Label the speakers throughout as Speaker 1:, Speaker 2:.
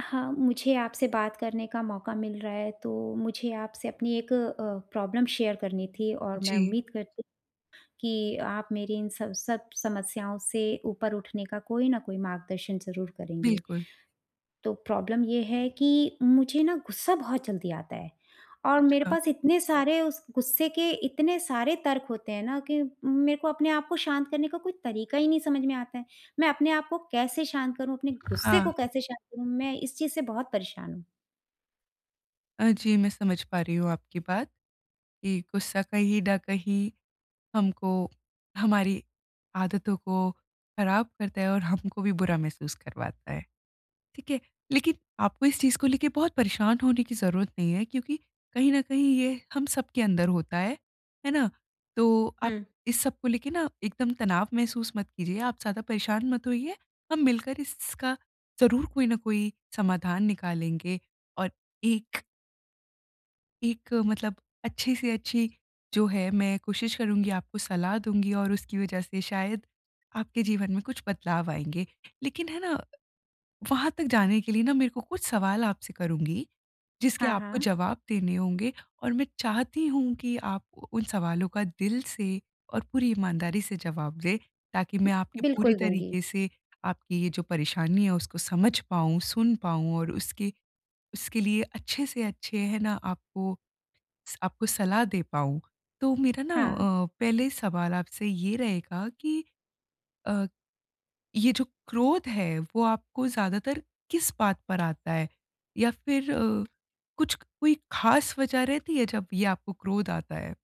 Speaker 1: हाँ, मुझे आपसे बात करने का मौका मिल रहा है, तो मुझे आपसे अपनी एक प्रॉब्लम शेयर करनी थी और मैं
Speaker 2: जी,
Speaker 1: उम्मीद करती हूँ कि आप मेरी इन सब सब समस्याओं से ऊपर उठने का कोई ना कोई मार्गदर्शन ज़रूर करेंगे।
Speaker 2: बिल्कुल।
Speaker 1: तो प्रॉब्लम ये है कि मुझे ना गुस्सा बहुत जल्दी आता है और मेरे
Speaker 2: हाँ,
Speaker 1: पास इतने सारे उस गुस्से के इतने सारे तर्क होते हैं ना, कि मेरे को अपने आप को शांत करने का कोई तरीका ही नहीं समझ में आता है। मैं अपने आप को कैसे शांत करूँ, अपने गुस्से को
Speaker 2: हाँ।
Speaker 1: कैसे शांत करूँ, मैं इस चीज़ से बहुत परेशान हूँ।
Speaker 2: जी, मैं समझ पा रही हूँ आपकी बात कि गुस्सा कहीं न कहीं हमको हमारी आदतों को खराब करता है और हमको भी बुरा महसूस करवाता है। ठीक है, लेकिन आपको इस चीज़ को लेके बहुत परेशान होने की ज़रूरत नहीं है क्योंकि कहीं न कहीं ये हम सबके अंदर होता है ना? तो आप
Speaker 1: हुँ।
Speaker 2: इस सब को लेके ना एकदम तनाव महसूस मत कीजिए, आप ज़्यादा परेशान मत होइए, हम मिलकर इसका ज़रूर कोई ना कोई समाधान निकालेंगे और एक एक मतलब अच्छी से अच्छी जो है मैं कोशिश करूँगी, आपको सलाह दूँगी और उसकी वज़ह से शायद आपके जीवन में कुछ बदलाव आएँगे। लेकिन है ना वहाँ तक जाने के लिए ना मेरे को कुछ सवाल आपसे करूँगी, जिसके
Speaker 1: हाँ,
Speaker 2: आपको
Speaker 1: हाँ।
Speaker 2: जवाब देने होंगे और मैं चाहती हूँ कि आप उन सवालों का दिल से और पूरी ईमानदारी से जवाब दें, ताकि मैं आपके पूरी
Speaker 1: बिल्कुल दूँगी।
Speaker 2: तरीके से आपकी ये जो परेशानी है उसको समझ पाऊँ, सुन पाऊँ और उसके उसके लिए अच्छे से अच्छे है ना आपको स आपको सलाह दे पाऊँ। तो मेरा ना
Speaker 1: हाँ।
Speaker 2: पहले सवाल आपसे ये रहेगा कि अ ये जो क्रोध है वो आपको ज़्यादातर किस बात पर आता है? या फिर कुछ कोई ख़ास वजह रहती है जब ये आपको क्रोध आता है?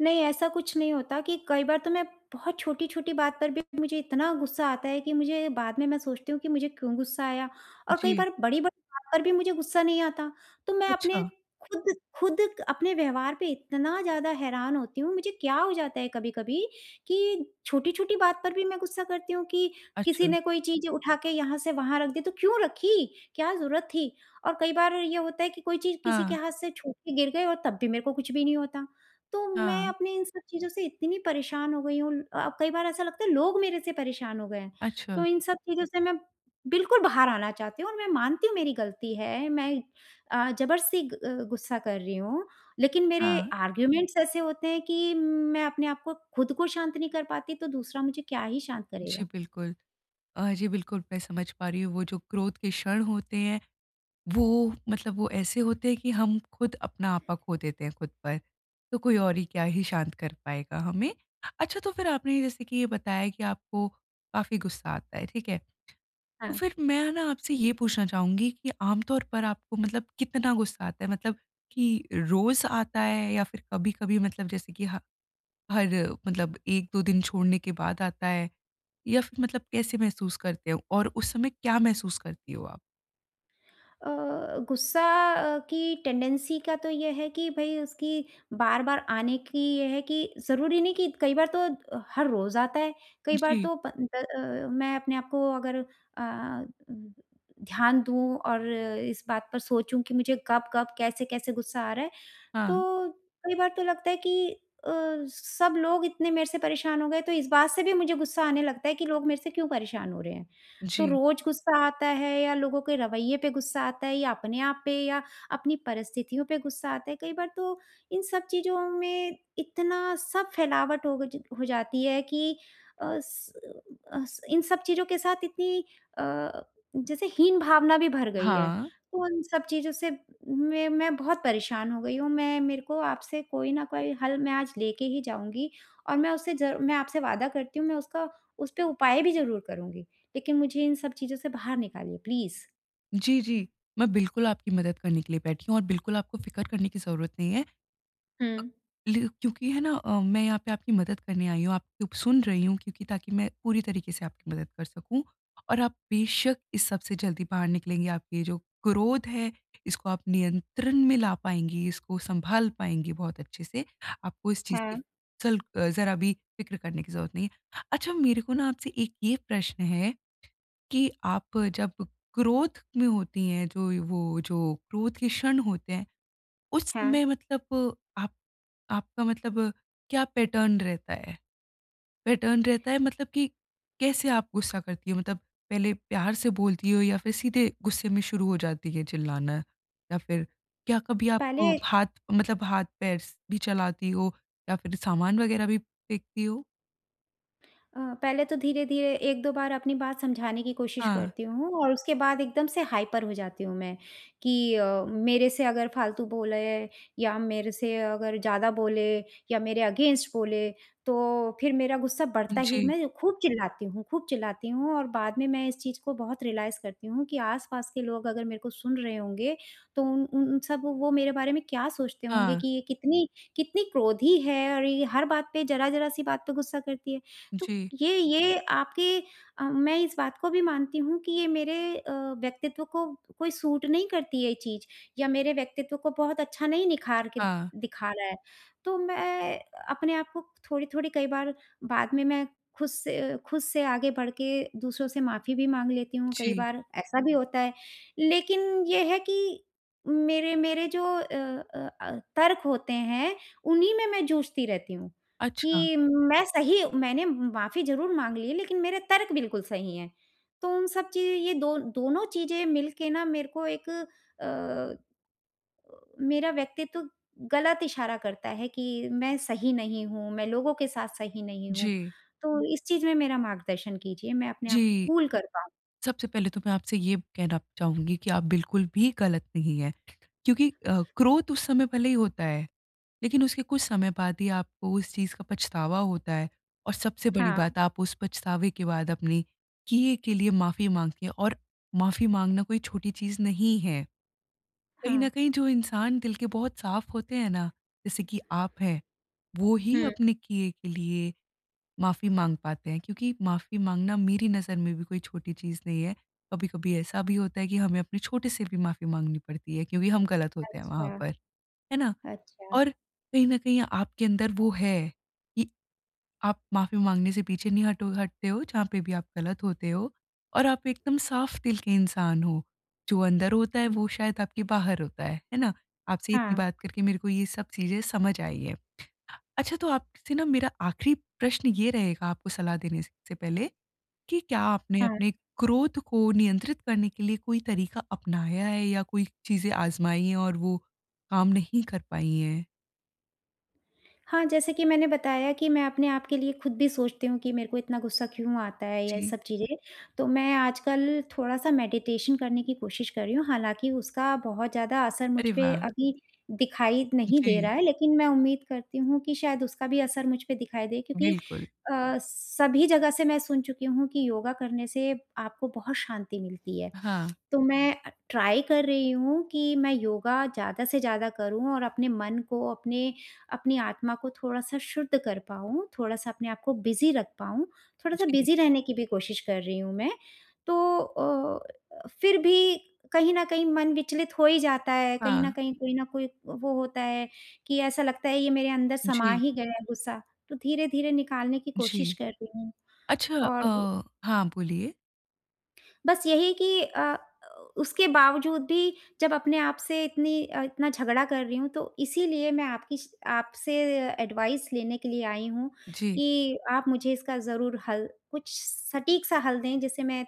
Speaker 1: नहीं, ऐसा कुछ नहीं होता कि कई बार तो मैं बहुत छोटी-छोटी बात पर भी मुझे इतना गुस्सा आता है कि मुझे बाद में मैं सोचती हूँ कि मुझे क्यों गुस्सा आया। और
Speaker 2: जी।
Speaker 1: कई बार बड़ी-बड़ी बात पर भी मुझे गुस्सा नहीं आता। तो मैं अपने
Speaker 2: अच्छा,
Speaker 1: खुद खुद अपने व्यवहार पे इतना ज़्यादा हैरान होती हूँ, मुझे क्या हो जाता है कभी-कभी कि छोटी-छोटी बात पर भी मैं गुस्सा करती हूँ, कि
Speaker 2: अच्छा।
Speaker 1: किसी ने कोई चीज़ उठा के यहाँ से वहाँ रख दी, तो क्यों रखी? क्या ज़रूरत थी? और कई बार ये होता है कि कोई चीज़ किसी
Speaker 2: हाँ,
Speaker 1: के हाथ से छूट के गिर गई और तब भी मेरे को कुछ भी नहीं होता। तो मैं
Speaker 2: हाँ।
Speaker 1: अपनी इन सब चीज़ों से इतनी परेशान हो गई हूँ, कई बार ऐसा लगता है लोग मेरे से परेशान हो गए हैं।
Speaker 2: अच्छा,
Speaker 1: तो इन सब चीज़ों से मैं बिल्कुल बाहर आना चाहती हूँ और मैं मानती हूँ मेरी गलती है। मैं ज़बर से गुस्सा कर रही हूँ, लेकिन मेरे
Speaker 2: हाँ।
Speaker 1: आर्ग्यूमेंट्स ऐसे होते हैं कि मैं अपने आप को खुद को शांत नहीं कर पाती, तो दूसरा मुझे क्या ही शांत
Speaker 2: जी,
Speaker 1: करेगा?
Speaker 2: बिल्कुल। जी, बिल्कुल मैं समझ पा रही हूँ वो जो क्रोध के क्षण होते हैं, वो मतलब वो ऐसे होते हैं कि हम खुद अपना आपा खो देते हैं खुद पर। तो कोई और ही क्या ही शांत कर पाएगा हमें। अच्छा तो फिर आपने जैसे कि ये बताया कि आपको काफ़ी गुस्सा आता है, ठीक है? तो
Speaker 1: हाँ।
Speaker 2: फिर मैं ना आपसे ये पूछना चाहूँगी कि आमतौर पर आपको मतलब कितना गुस्सा आता है? मतलब कि रोज़ आता है या फिर कभी-कभी मतलब जैसे कि ह हर मतलब 1-2 दिन छोड़ने के बाद आता है? या फिर मतलब कैसे महसूस करते हो और उस समय क्या महसूस करती हो आप?
Speaker 1: अ, गुस्सा की टेंडेंसी का तो ये है कि भई उसकी बार-बार आने की ये है कि ज़रूरी नहीं, कि कई बार तो हर रोज़ आता है। कई बार
Speaker 2: जी,
Speaker 1: तो मैं अपने आप को अगर अ, ध्यान दूँ और इस बात पर सोचूँ कि मुझे कब-कब, कैसे-कैसे गुस्सा आ रहा है,
Speaker 2: हाँ।
Speaker 1: तो कई बार तो लगता है कि अ, सब लोग इतने मेरे से परेशान हो गए, तो इस बात से भी मुझे गुस्सा आने लगता है कि लोग मेरे से क्यों परेशान हो रहे हैं। तो
Speaker 2: जी,
Speaker 1: रोज़ गुस्सा आता है, या लोगों के रवैये पे गुस्सा आता है, या अपने आप पे, या अपनी परिस्थितियों पे गुस्सा आता है। कई बार तो इन सब चीज़ों में इतना सब फैलावट हो जाती है, कि अ, स अ, स इन सब चीज़ों के साथ इतनी अ, जैसे हीन भावना भी भर गई है।
Speaker 2: हाँ।
Speaker 1: तो इन सब चीज़ों से मैं बहुत परेशान हो गई हूँ। मैं मेरे को आपसे कोई ना कोई हल मैं आज लेके ही जाऊँगी और मैं उससे ज़र मैं आपसे वादा करती हूँ, मैं उसका उस पे उपाय भी ज़रूर करूँगी। लेकिन मुझे इन सब चीज़ों से बाहर निकालिए, प्लीज़।
Speaker 2: जी, जी। मैं बिल्कुल आपकी मदद करने के लिए बैठी हूँ और बिल्कुल आपको फ़िक्र करने की ज़रूरत नहीं है।
Speaker 1: हुँ।
Speaker 2: अ, लि क्योंकि है ना मैं यहाँ पे आपकी मदद करने आई हूँ, आपकी सुन रही हूँ क्योंकि ताकि मैं पूरी तरीके से आपकी मदद कर सकूँ और आप बेशक इस सब से जल्दी बाहर निकलेंगी। आपकी ये जो क्रोध है, इसको आप नियंत्रण में ला पाएँगी, इसको सँभाल पाएँगी बहुत अच्छे से। आपको इस चीज़
Speaker 1: हाँ,
Speaker 2: की ज़रा भी फ़िक्र करने की ज़रूरत नहीं है। अच्छा मेरे को ना आपसे एक ये प्रश्न है कि आप जब क्रोध में होती हैं, जो वो जो क्रोध के क्षण होते हैं, उस
Speaker 1: हाँ।
Speaker 2: समय मतलब आप आपका मतलब क्या पैटर्न रहता है? पैटर्न रहता है मतलब कि कैसे आप गुस्सा करती हो? मतलब पहले प्यार से बोलती हो या फिर सीधे गुस्से में शुरू हो जाती है चिल्लाना? या फिर क्या कभी आप
Speaker 1: पहले
Speaker 2: हाथ मतलब हाथ-पैर स भी चलाती हो या फिर सामान वगैरह भी फेंकती हो?
Speaker 1: पहले तो धीरे-धीरे 1-2 बार अपनी बात समझाने की कोशिश
Speaker 2: हाँ,
Speaker 1: करती हूँ और उसके बाद एकदम से हाइपर हो जाती हूँ मैं, कि मेरे से अगर फालतू बोले, या मेरे से अगर ज़्यादा बोले, या मेरे अगेंस्ट बोले, तो फिर मेरा गुस्सा बढ़ता ही,
Speaker 2: जी।
Speaker 1: मैं खूब चिल्लाती हूँ, खूब चिल्लाती हूँ और बाद में मैं इस चीज़ को बहुत रियलाइज़ करती हूँ कि आस-पास के लोग अगर मेरे को सुन रहे होंगे, तो उन उन सब वो मेरे बारे में क्या सोचते होंगे
Speaker 2: हाँ,
Speaker 1: कि ये कितनी कितनी क्रोधी है और ये हर बात पे ज़रा-ज़रा सी बात पे गुस्सा करती है। तो
Speaker 2: जी।
Speaker 1: ये ये आपके मैं इस बात को भी मानती हूँ कि ये मेरे व्यक्तित्व को कोई सूट नहीं करती ये चीज़, या मेरे व्यक्तित्व को बहुत अच्छा नहीं निखार के
Speaker 2: हाँ,
Speaker 1: दिखा रहा है। तो मैं अपने आप को थोड़ी-थोड़ी, कई बार बाद में मैं खुद से आगे बढ़ के दूसरों से माफ़ी भी माँग लेती हूँ,
Speaker 2: जी।
Speaker 1: कई बार ऐसा भी होता है। लेकिन ये है कि मेरे मेरे जो तर्क होते हैं, उन्हीं में मैं जूझती रहती हूँ।
Speaker 2: अच्छा,
Speaker 1: कि मैंने माफ़ी ज़रूर माँग ली है, लेकिन मेरे तर्क बिल्कुल सही हैं। तो उन सब चीज़ें, ये दो दोनों चीज़ें मिल के ना, मेरे को मेरा व्यक्तित्व गलत इशारा करता है कि मैं सही नहीं हूँ, मैं लोगों के साथ सही नहीं हूँ।
Speaker 2: जी।
Speaker 1: तो इस चीज़ में मेरा मार्गदर्शन कीजिए, मैं अपने आप को
Speaker 2: जी,
Speaker 1: कूल कर पाऊँ।
Speaker 2: सबसे पहले तो मैं आपसे ये कहना चाहूँगी कि आप बिल्कुल भी गलत नहीं हैं क्योंकि क्रोध उस समय भले ही होता है। लेकिन उसके कुछ समय बाद ही आपको उस चीज़ का पछतावा होता है और सबसे बड़ी
Speaker 1: हाँ,
Speaker 2: बात आप उस पछतावे के बाद अपने किए के लिए माफ़ी माँगते हैं और माफ़ी माँगना कोई छोटी चीज़ नहीं है। कहीं न
Speaker 1: हाँ।
Speaker 2: कहीं जो इंसान दिल के बहुत साफ़ होते हैं ना, जैसे कि आप हैं, वो ही
Speaker 1: हुँ।
Speaker 2: अपने किए के लिए माफ़ी माँग पाते हैं क्योंकि माफ़ी माँगना मेरी नज़र में भी कोई छोटी चीज़ नहीं है। कभी-कभी ऐसा भी होता है कि हमें अपने छोटे से भी माफ़ी माँगनी पड़ती है क्योंकि हम गलत होते हैं वहाँ
Speaker 1: अच्छा,
Speaker 2: पर, है ना?
Speaker 1: अच्छा।
Speaker 2: और कहीं न कहीं आपके अंदर वो है कि आप माफ़ी माँगने से पीछे नहीं हटो हटते हो, जहाँ पे भी आप गलत होते हो और आप एकदम साफ दिल के इंसान हो। जो अंदर होता है
Speaker 1: हुँ।
Speaker 2: वो शायद आपके बाहर होता है ना? आपसे इतनी
Speaker 1: हाँ,
Speaker 2: बात करके मेरे को ये सब चीज़ें समझ आई है। अच्छा तो आपसे ना मेरा आखिरी प्रश्न ये रहेगा आपको सलाह देने स से पहले कि क्या आपने
Speaker 1: हाँ।
Speaker 2: अपने क्रोध को नियंत्रित करने के लिए कोई तरीका अपनाया है या कोई चीज़ें आज़माई हैं और वो काम नहीं कर पाई हैं?
Speaker 1: हाँ, जैसे कि मैंने बताया कि मैं अपने आप के लिए खुद भी सोचती हूँ कि मेरे को इतना गुस्सा क्यों आता है या ये
Speaker 2: जी।
Speaker 1: सब चीज़ें। तो मैं आजकल थोड़ा-सा मेडिटेशन करने की कोशिश कर रही हूँ, हालाँकि उसका बहुत ज़्यादा असर मुझ
Speaker 2: अरे
Speaker 1: पे
Speaker 2: वाह!
Speaker 1: अभी दिखाई नहीं दे
Speaker 2: जी,
Speaker 1: रहा है, लेकिन मैं उम्मीद करती हूँ कि शायद उसका भी असर मुझ पे दिखाई दे, क्योंकि
Speaker 2: बिल्कुल।
Speaker 1: सभी जगह से मैं सुन चुकी हूँ कि योगा करने से आपको बहुत शांति मिलती है।
Speaker 2: हाँ,
Speaker 1: तो मैं ट्राई कर रही हूँ कि मैं योगा ज़्यादा से ज़्यादा करूँ और अपने मन को, अपने अपनी आत्मा को थोड़ा-सा शुद्ध कर पाऊँ, थोड़ा-सा अपने आप को बिज़ी रख पाऊँ, थोड़ा-सा
Speaker 2: जी,
Speaker 1: बिज़ी रहने की भी कोशिश कर रही हूँ मैं। तो फिर भी कहीं न कहीं मन विचलित हो ही जाता है, कहीं
Speaker 2: हाँ,
Speaker 1: न कहीं कोई ना कोई वो होता है कि ऐसा लगता है ये मेरे अंदर समा
Speaker 2: जी,
Speaker 1: ही गया है गुस्सा, तो धीरे-धीरे निकालने की
Speaker 2: जी।
Speaker 1: कोशिश कर रही हूँ।
Speaker 2: अच्छा
Speaker 1: और
Speaker 2: अ, हाँ, बोलिए।
Speaker 1: बस यही कि उसके बावजूद भी जब अपने आप से इतना झगड़ा कर रही हूँ, तो इसीलिए मैं आपकी श आपसे एडवाइस लेने के लिए आई हूँ,
Speaker 2: जी,
Speaker 1: कि आप मुझे इसका ज़रूर हल, कुछ सटीक सा हल दें, जिसे मैं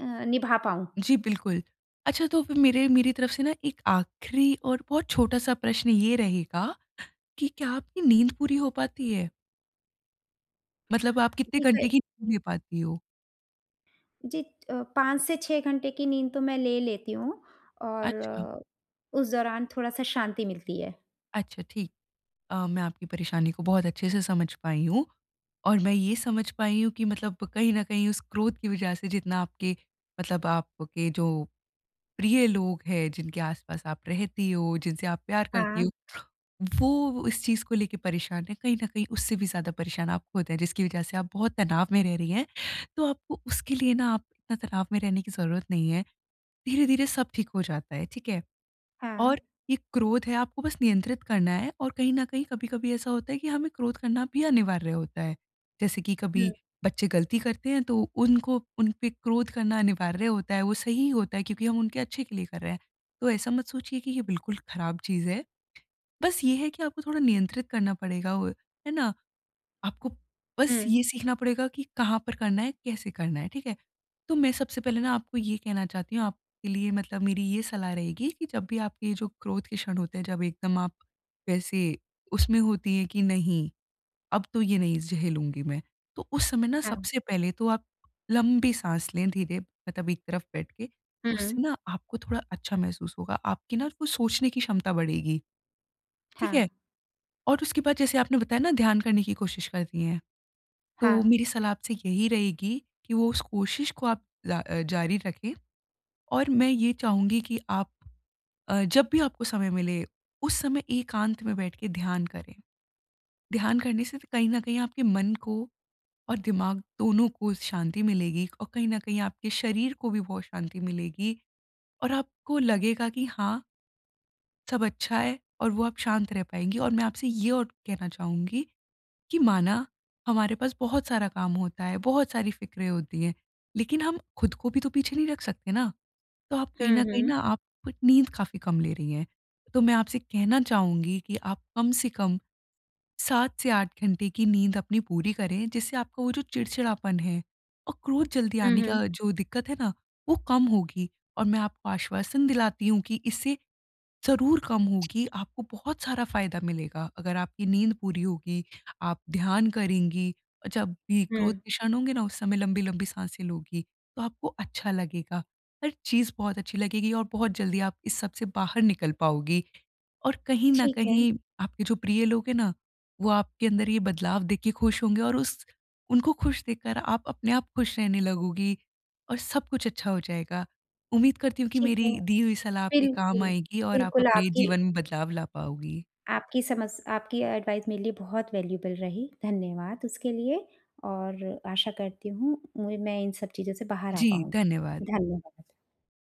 Speaker 1: निभा पाऊँ।
Speaker 2: जी, बिल्कुल। अच्छा तो फिर मेरे मेरी तरफ से ना एक आखिरी और बहुत छोटा-सा प्रश्न ये रहेगा कि क्या आपकी नींद पूरी हो पाती है? मतलब आप कितने
Speaker 1: जी,
Speaker 2: घंटे की नींद ले पाती हो?
Speaker 1: जी 5 से 6 घंटे की नींद तो मैं ले लेती हूँ और
Speaker 2: अच्छा,
Speaker 1: उस दौरान थोड़ा-सा शांति मिलती है।
Speaker 2: अच्छा ठीक। मैं आपकी परेशानी को बहुत अच्छे से समझ पाई हूँ और मैं ये समझ पाई हूँ कि मतलब कहीं न कहीं उस क्रोध की वजह से जितना आपके मतलब आपके जो प्रिय लोग हैं, जिनके आस-पास आप रहती हो, जिनसे आप प्यार करती
Speaker 1: हाँ,
Speaker 2: हो, वो इस चीज़ को लेके परेशान हैं, कहीं न कहीं उससे भी ज़्यादा परेशान आप खुद हैं, जिसकी वजह से आप बहुत तनाव में रह रही हैं। तो आपको उसके लिए ना आप इतना तनाव में रहने की ज़रूरत नहीं है, धीरे-धीरे सब ठीक हो जाता है, ठीक है?
Speaker 1: हाँ।
Speaker 2: और ये क्रोध है आपको बस नियंत्रित करना है और कहीं न कहीं कभी-कभी ऐसा होता है कि हमें क्रोध करना भी अनिवार्य होता है। जैसे कि कभी
Speaker 1: हुँ,
Speaker 2: बच्चे गलती करते हैं तो उनको उन पे क्रोध करना अनिवार्य होता है, वो सही होता है क्योंकि हम उनके अच्छे के लिए कर रहे हैं। तो ऐसा मत सोचिए कि ये बिल्कुल खराब चीज़ है। बस ये है कि आपको थोड़ा नियंत्रित करना पड़ेगा वो, है ना? आपको बस
Speaker 1: हुँ,
Speaker 2: ये सीखना पड़ेगा कि कहाँ पर करना है, कैसे करना है, ठीक है? तो मैं सबसे पहले ना आपको ये कहना चाहती हूँ, आपके लिए मतलब मेरी ये सलाह रहेगी कि जब भी आपके ये जो क्रोध के क्षण होते हैं, जब एकदम आप वैसे उसमें होती हैं कि नहीं, अब तो ये नहीं झेलूँगी मैं। तो उस समय ना
Speaker 1: हाँ,
Speaker 2: सबसे पहले तो आप लंबी साँस लें धीरे मतलब एक तरफ बैठ के, तो
Speaker 1: हुँ,
Speaker 2: उससे ना आपको थोड़ा अच्छा महसूस होगा, आपकी ना वो सोचने की क्षमता बढ़ेगी,
Speaker 1: हाँ,
Speaker 2: ठीक है? और उसके बाद जैसे आपने बताया ना ध्यान करने की कोशिश करती हैं। तो
Speaker 1: हाँ।
Speaker 2: मेरी सलाह आपसे यही रहेगी कि वो उस कोशिश को आप जारी रखें और मैं ये चाहूँगी कि आप जब भी आपको समय मिले, उस समय एकांत में बैठ के ध्यान करें। ध्यान करने से कहीं न कहीं आपके मन को और दिमाग दोनों को शांति मिलेगी और कहीं न कहीं आपके शरीर को भी बहुत शांति मिलेगी और आपको लगेगा कि हाँ, सब अच्छा है और वो आप शांत रह पाएँगी और मैं आपसे ये और कहना चाहूँगी कि माना हमारे पास बहुत सारा काम होता है, बहुत सारी फ़िक्रें होती हैं, लेकिन हम खुद को भी तो पीछे नहीं रख सकते ना। तो आप कहीं
Speaker 1: हुँ,
Speaker 2: न कहीं
Speaker 1: हुँ।
Speaker 2: ना आप नींद काफ़ी कम ले रही हैं। तो मैं आपसे कहना चाहूँगी कि आप कम से कम 7 से 8 घंटे की नींद अपनी पूरी करें, जिससे आपका वो जो चिड़चिड़ापन है और क्रोध जल्दी
Speaker 1: हुँ,
Speaker 2: आने
Speaker 1: हुँ,
Speaker 2: का जो दिक्कत है ना, वो कम होगी और मैं आपको आश्वासन दिलाती हूँ कि इससे ज़रूर कम होगी, आपको बहुत सारा फ़ायदा मिलेगा। अगर आपकी नींद पूरी होगी, आप ध्यान करेंगी, जब भी
Speaker 1: हुँ।
Speaker 2: क्रोध के क्षण होंगे ना, उस समय लंबी-लंबी सांसें लोगी, तो आपको अच्छा लगेगा। हर चीज़ बहुत अच्छी लगेगी और बहुत जल्दी आप इस सब से बाहर निकल पाओगी। और कहीं न
Speaker 1: ठीक है,
Speaker 2: कहीं आपके जो प्रिय लोग हैं ना, वो आपके अंदर ये बदलाव देख के खुश होंगे और उस उनको खुश देखकर आप अपने आप खुश रहने लगोगी और सब कुछ अच्छा हो जाएगा। उम्मीद करती हूँ कि
Speaker 1: ठीक
Speaker 2: मेरी
Speaker 1: है।
Speaker 2: दी हुई सलाह आपके काम
Speaker 1: बिल्कुल,
Speaker 2: आएगी और आप
Speaker 1: बिल्कुल
Speaker 2: अपने
Speaker 1: आपकी
Speaker 2: जीवन में बदलाव ला पाओगी।
Speaker 1: आपकी समझ, आपकी एडवाइस मेरे लिए बहुत वैल्यूएबल रही। धन्यवाद उसके लिए। और आशा करती हूँ, मैं इन सब चीज़ों से बाहर आ
Speaker 2: जी, धन्यवाद।
Speaker 1: पाऊँगी। धन्यवाद।